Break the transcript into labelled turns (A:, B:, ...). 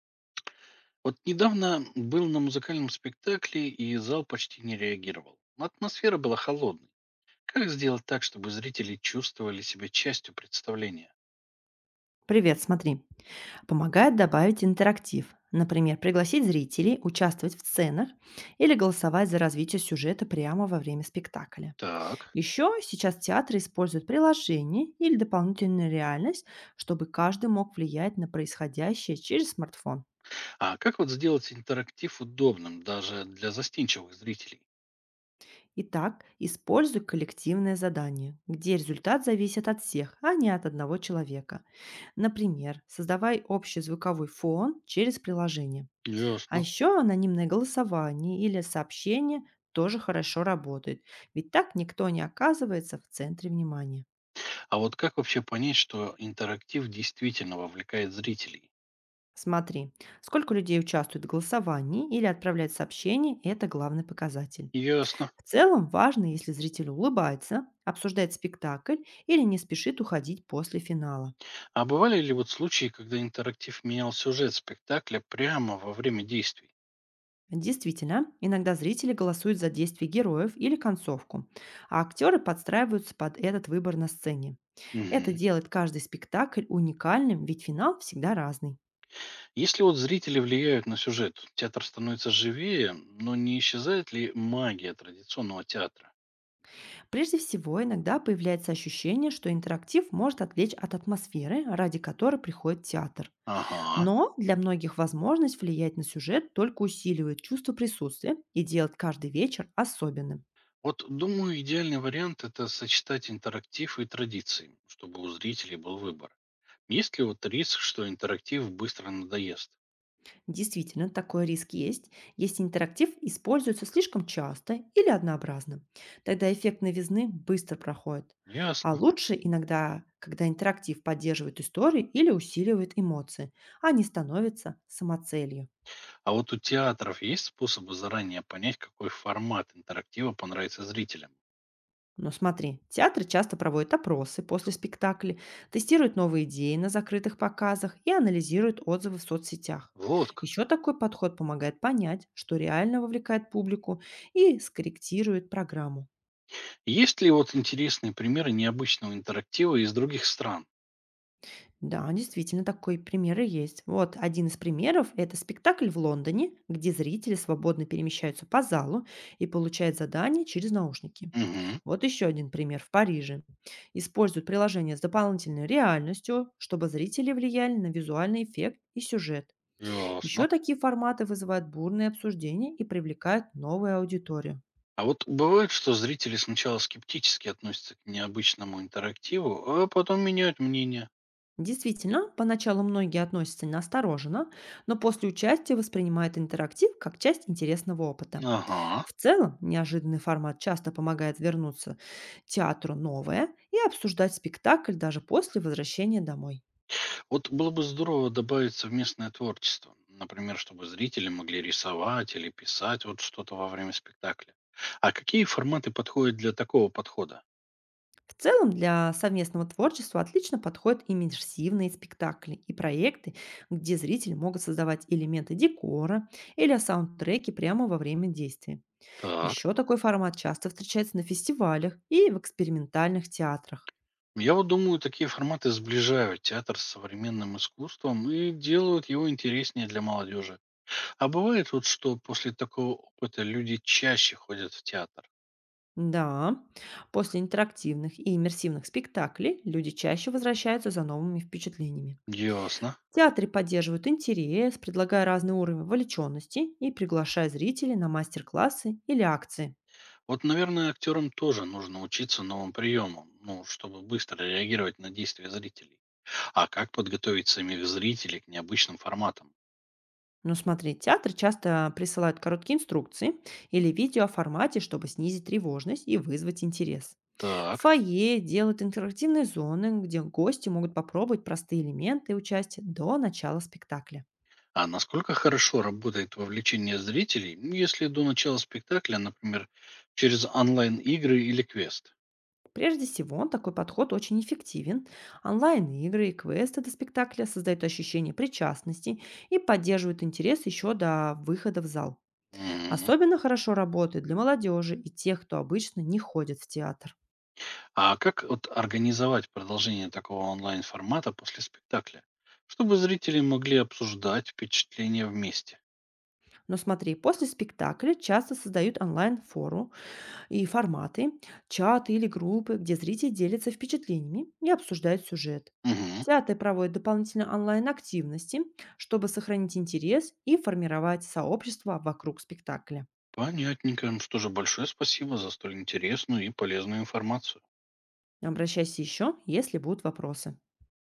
A: Вот недавно был на музыкальном спектакле, и зал почти не реагировал. Атмосфера была холодной. Как сделать так, чтобы зрители чувствовали себя частью представления?
B: Привет, смотри. Помогает добавить интерактив. Например, пригласить зрителей участвовать в сценах или голосовать за развитие сюжета прямо во время спектакля.
A: Так.
B: Еще сейчас театры используют приложения или дополнительную реальность, чтобы каждый мог влиять на происходящее через смартфон.
A: А как вот сделать интерактив удобным даже для застенчивых зрителей?
B: Итак, используй коллективное задание, где результат зависит от всех, а не от одного человека. Например, создавай общий звуковой фон через приложение. А
A: Ясно.
B: еще анонимное голосование или сообщение тоже хорошо работает, ведь так никто не оказывается в центре внимания.
A: А вот как вообще понять, что интерактив действительно вовлекает зрителей?
B: Смотри, сколько людей участвует в голосовании или отправляет сообщения — это главный показатель.
A: Ясно.
B: В целом важно, если зритель улыбается, обсуждает спектакль или не спешит уходить после финала.
A: А бывали ли вот случаи, когда интерактив менял сюжет спектакля прямо во время действий?
B: Действительно, иногда зрители голосуют за действия героев или концовку, а актеры подстраиваются под этот выбор на сцене. Это
A: Мгм.
B: делает каждый спектакль уникальным, ведь финал всегда разный.
A: Если вот зрители влияют на сюжет, театр становится живее, но не исчезает ли магия традиционного театра?
B: Прежде всего, иногда появляется ощущение, что интерактив может отвлечь от атмосферы, ради которой приходит театр.
A: Ага.
B: Но для многих возможность влиять на сюжет только усиливает чувство присутствия и делает каждый вечер особенным.
A: Вот думаю, идеальный вариант это сочетать интерактив и традиции, чтобы у зрителей был выбор. Есть ли вот риск, что интерактив быстро надоест?
B: Действительно, такой риск есть, если интерактив используется слишком часто или однообразно. Тогда эффект новизны быстро проходит. А
A: Ясно.
B: лучше иногда, когда интерактив поддерживает истории или усиливает эмоции, а не становится самоцелью.
A: А вот у театров есть способы заранее понять, какой формат интерактива понравится зрителям?
B: Но смотри, театры часто проводят опросы после спектаклей, тестируют новые идеи на закрытых показах и анализируют отзывы в соцсетях.
A: Вот как.
B: Еще такой подход помогает понять, что реально вовлекает публику и скорректирует программу.
A: Есть ли вот интересные примеры необычного интерактива из других стран?
B: Да, действительно, такой примеры есть. Вот один из примеров — это спектакль в Лондоне, где зрители свободно перемещаются по залу и получают задания через наушники.
A: Угу.
B: Вот еще один пример в Париже. Используют приложение с дополнительной реальностью, чтобы зрители влияли на визуальный эффект и сюжет.
A: Ясно.
B: Еще такие форматы вызывают бурные обсуждения и привлекают новую аудиторию.
A: А вот бывает, что зрители сначала скептически относятся к необычному интерактиву, а потом меняют мнение.
B: Действительно, поначалу многие относятся настороженно, но после участия воспринимают интерактив как часть интересного опыта.
A: Ага.
B: В целом, неожиданный формат часто помогает вернуться театру новое и обсуждать спектакль даже после возвращения домой.
A: Вот было бы здорово добавить совместное творчество. Например, чтобы зрители могли рисовать или писать вот что-то во время спектакля. А какие форматы подходят для такого подхода?
B: В целом, для совместного творчества отлично подходят иммерсивные спектакли и проекты, где зрители могут создавать элементы декора или саундтреки прямо во время действия.
A: Так.
B: Еще такой формат часто встречается на фестивалях и в экспериментальных театрах.
A: Я вот думаю, такие форматы сближают театр с современным искусством и делают его интереснее для молодежи. А бывает вот, что после такого опыта люди чаще ходят в театр.
B: Да, после интерактивных и иммерсивных спектаклей люди чаще возвращаются за новыми впечатлениями.
A: Ясно.
B: Театры поддерживают интерес, предлагая разный уровень вовлеченности и приглашая зрителей на мастер-классы или акции.
A: Вот, наверное, актерам тоже нужно учиться новым приемам, ну, чтобы быстро реагировать на действия зрителей. А как подготовить самих зрителей к необычным форматам?
B: Но смотри, театры часто присылают короткие инструкции или видео о формате, чтобы снизить тревожность и вызвать интерес. В
A: Так,
B: фойе делают интерактивные зоны, где гости могут попробовать простые элементы участия до начала спектакля.
A: а насколько хорошо работает вовлечение зрителей, если до начала спектакля, например, через онлайн-игры или квест?
B: Прежде всего, такой подход очень эффективен. Онлайн-игры и квесты до спектакля создают ощущение причастности и поддерживают интерес еще до выхода в зал.
A: Мгм.
B: Особенно хорошо работает для молодежи и тех, кто обычно не ходит в театр.
A: А как вот организовать продолжение такого онлайн-формата после спектакля, чтобы зрители могли обсуждать впечатления вместе?
B: Но смотри, после спектакля часто создают онлайн-фору, И форматы– чаты или группы, где зрители делятся впечатлениями и обсуждают сюжет.
A: Мгм.
B: Театры проводят дополнительные онлайн-активности, чтобы сохранить интерес и формировать сообщество вокруг спектакля.
A: Понятненько. Что же, большое спасибо за столь интересную и полезную информацию.
B: Обращайся еще, если будут вопросы.